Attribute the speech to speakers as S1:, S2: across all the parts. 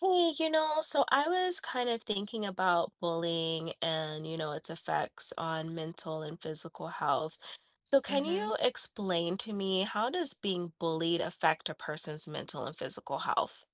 S1: Hey, so I was kind of thinking about bullying and, its effects on mental and physical health. So can
S2: Mhm.
S1: you explain to me how does being bullied affect a person's mental and physical health?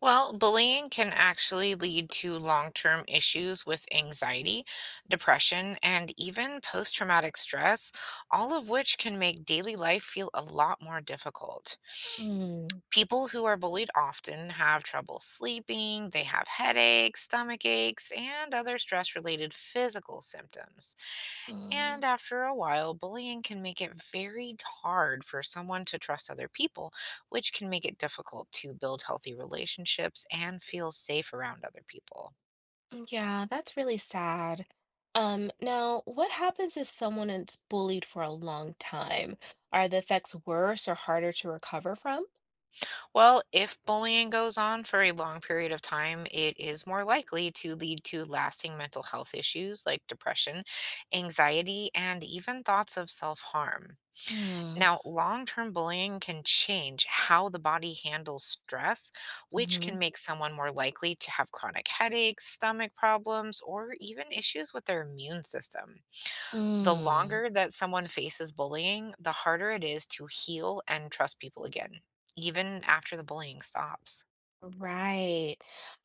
S2: Well, bullying can actually lead to long-term issues with anxiety, depression, and even post-traumatic stress, all of which can make daily life feel a lot more difficult.
S1: Mm.
S2: People who are bullied often have trouble sleeping, they have headaches, stomach aches, and other stress-related physical symptoms.
S1: Mm.
S2: And after a while, bullying can make it very hard for someone to trust other people, which can make it difficult to build healthy relationships and feel safe around other people.
S1: Yeah, that's really sad. Now, what happens if someone is bullied for a long time? Are the effects worse or harder to recover from?
S2: Well, if bullying goes on for a long period of time, it is more likely to lead to lasting mental health issues like depression, anxiety, and even thoughts of self harm.
S1: Mm-hmm.
S2: Now, long term bullying can change how the body handles stress, which can make someone more likely to have chronic headaches, stomach problems, or even issues with their immune system. The
S1: Mm.
S2: longer that someone faces bullying, the harder it is to heal and trust people again, even after the bullying stops.
S1: Right.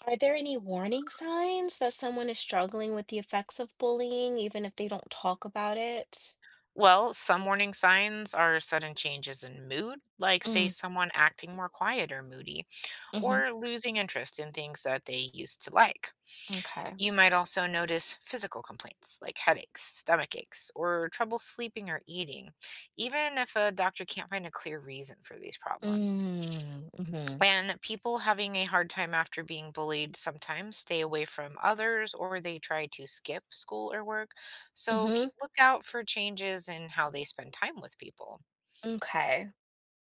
S1: Are there any warning signs that someone is struggling with the effects of bullying, even if they don't talk about it?
S2: Well, some warning signs are sudden changes in mood, like, say,
S1: Mm.
S2: someone acting more quiet or moody,
S1: Mm-hmm.
S2: or losing interest in things that they used to like.
S1: Okay.
S2: You might also notice physical complaints like headaches, stomach aches, or trouble sleeping or eating, even if a doctor can't find a clear reason for these problems.
S1: Mm. Mm-hmm.
S2: And people having a hard time after being bullied sometimes stay away from others or they try to skip school or work. So
S1: Mm-hmm.
S2: look out for changes in how they spend time with people.
S1: Okay.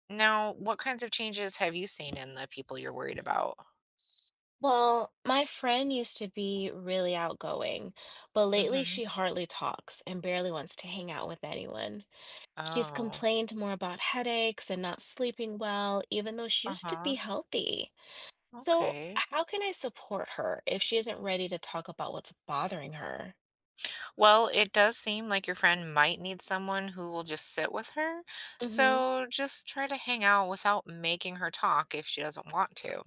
S2: Now, what kinds of changes have you seen in the people you're worried about?
S1: Well, my friend used to be really outgoing, but lately
S2: Mm-hmm.
S1: she hardly talks and barely wants to hang out with anyone. She's
S2: Oh,
S1: complained more about headaches and not sleeping well, even though she used to be
S2: uh-huh.
S1: healthy. So,
S2: Okay.
S1: how can I support her if she isn't ready to talk about what's bothering her?
S2: Well, it does seem like your friend might need someone who will just sit with her,
S1: Hmm.
S2: so just try to hang out without making her talk if she doesn't want to.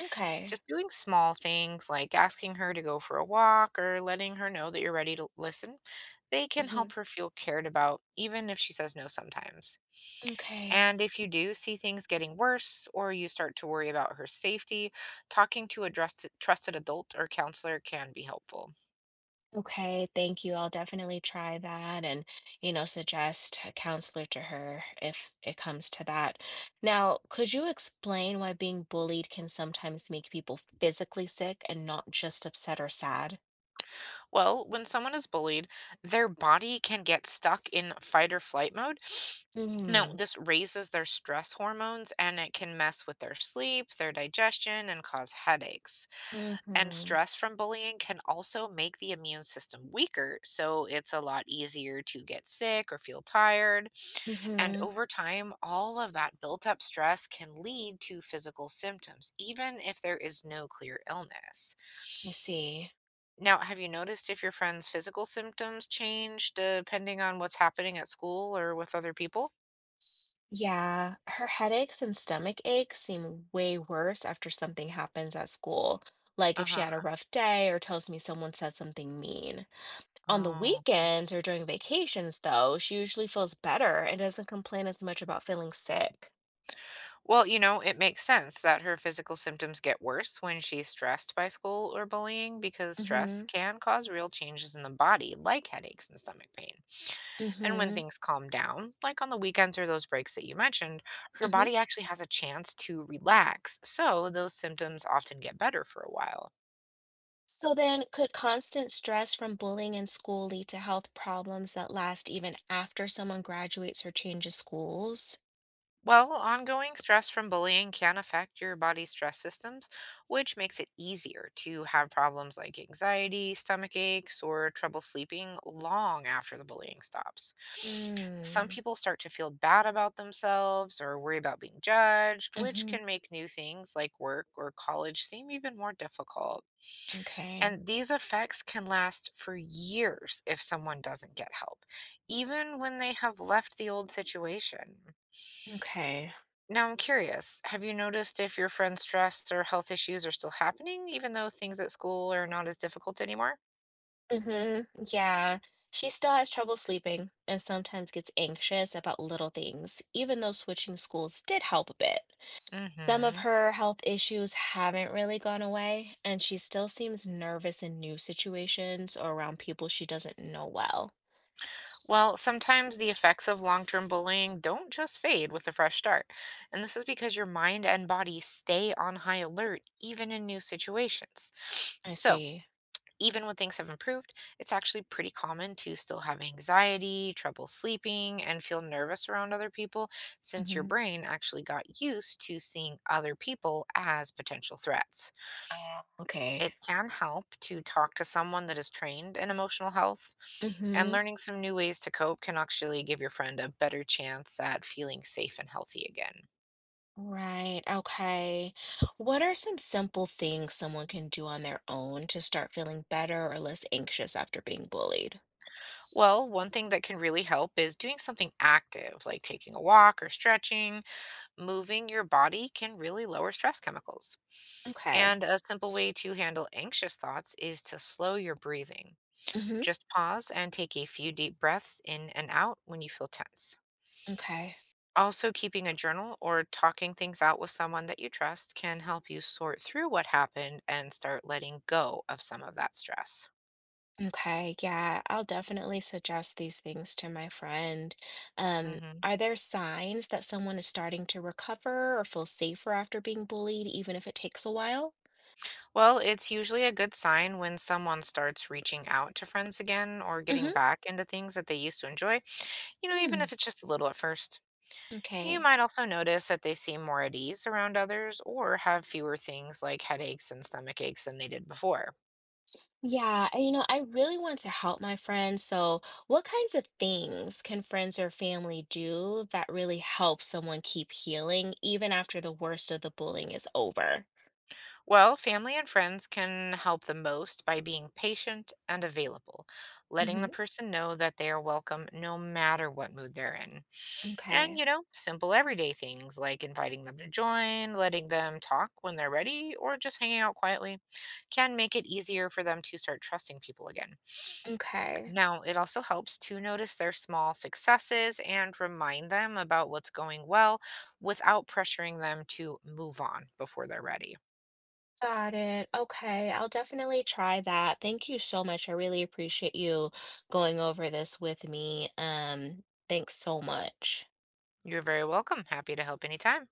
S1: Okay.
S2: Just doing small things like asking her to go for a walk or letting her know that you're ready to listen, they can
S1: Hmm.
S2: help her feel cared about, even if she says no sometimes.
S1: Okay.
S2: And if you do see things getting worse or you start to worry about her safety, talking to a trusted adult or counselor can be helpful.
S1: Okay. Thank you. I'll definitely try that and, suggest a counselor to her if it comes to that. Now, could you explain why being bullied can sometimes make people physically sick and not just upset or sad?
S2: Well, when someone is bullied, their body can get stuck in fight or flight mode. Now,
S1: Mm-hmm.
S2: this raises their stress hormones and it can mess with their sleep, their digestion, and cause headaches. And
S1: Mm-hmm.
S2: stress from bullying can also make the immune system weaker, so it's a lot easier to get sick or feel tired. And
S1: Mm-hmm.
S2: over time, all of that built up stress can lead to physical symptoms, even if there is no clear illness.
S1: I see.
S2: Now, have you noticed if your friend's physical symptoms change depending on what's happening at school or with other people?
S1: Yeah, her headaches and stomach aches seem way worse after something happens at school, like if she
S2: Uh-huh.
S1: had a rough day or tells me someone said something mean. On the
S2: Oh.
S1: weekends or during vacations, though, she usually feels better and doesn't complain as much about feeling sick.
S2: Well, it makes sense that her physical symptoms get worse when she's stressed by school or bullying because stress
S1: Mm-hmm.
S2: can cause real changes in the body, like headaches and stomach pain. And when
S1: Mm-hmm.
S2: things calm down, like on the weekends or those breaks that you mentioned, her
S1: Mm-hmm.
S2: body actually has a chance to relax. So those symptoms often get better for a while.
S1: So then, could constant stress from bullying in school lead to health problems that last even after someone graduates or changes schools?
S2: Well, ongoing stress from bullying can affect your body's stress systems, which makes it easier to have problems like anxiety, stomach aches, or trouble sleeping long after the bullying stops. Some
S1: Mm.
S2: people start to feel bad about themselves or worry about being judged, which
S1: Mm-hmm.
S2: can make new things like work or college seem even more difficult.
S1: Okay.
S2: And these effects can last for years if someone doesn't get help, even when they have left the old situation.
S1: Okay.
S2: Now I'm curious, have you noticed if your friend's stress or health issues are still happening, even though things at school are not as difficult anymore?
S1: Mm-hmm. Yeah. She still has trouble sleeping and sometimes gets anxious about little things, even though switching schools did help a bit. Some of
S2: hmm
S1: her health issues haven't really gone away, and she still seems nervous in new situations or around people she doesn't know well.
S2: Well, sometimes the effects of long-term bullying don't just fade with a fresh start. And this is because your mind and body stay on high alert, even in new situations.
S1: I
S2: So,
S1: see.
S2: even when things have improved, it's actually pretty common to still have anxiety, trouble sleeping, and feel nervous around other people since your
S1: Mm-hmm.
S2: brain actually got used to seeing other people as potential threats.
S1: Okay.
S2: It can help to talk to someone that is trained in emotional health, and
S1: Mm-hmm.
S2: learning some new ways to cope can actually give your friend a better chance at feeling safe and healthy again.
S1: Right. Okay. What are some simple things someone can do on their own to start feeling better or less anxious after being bullied?
S2: Well, one thing that can really help is doing something active, like taking a walk or stretching, moving your body can really lower stress chemicals.
S1: Okay.
S2: And a simple way to handle anxious thoughts is to slow your breathing.
S1: Hmm.
S2: Just pause and take a few deep breaths in and out when you feel tense.
S1: Okay.
S2: Also, keeping a journal or talking things out with someone that you trust can help you sort through what happened and start letting go of some of that stress.
S1: Okay. Yeah, I'll definitely suggest these things to my friend. Um,
S2: Mhm.
S1: are there signs that someone is starting to recover or feel safer after being bullied, even if it takes a while?
S2: Well, it's usually a good sign when someone starts reaching out to friends again or getting
S1: Mm-hmm.
S2: back into things that they used to enjoy, even
S1: Mm,
S2: if it's just a little at first. You
S1: okay.
S2: might also notice that they seem more at ease around others or have fewer things like headaches and stomach aches than they did before.
S1: Yeah, and I really want to help my friend. So, what kinds of things can friends or family do that really help someone keep healing even after the worst of the bullying is over?
S2: Well, family and friends can help the most by being patient and available, letting the
S1: Hmm.
S2: person know that they are welcome no matter what mood they're in. And,
S1: Okay.
S2: you know, simple everyday things like inviting them to join, letting them talk when they're ready, or just hanging out quietly can make it easier for them to start trusting people again.
S1: Okay.
S2: Now, it also helps to notice their small successes and remind them about what's going well without pressuring them to move on before they're ready.
S1: Got it. Okay, I'll definitely try that. Thank you so much. I really appreciate you going over this with me. Thanks so much.
S2: You're very welcome. Happy to help anytime.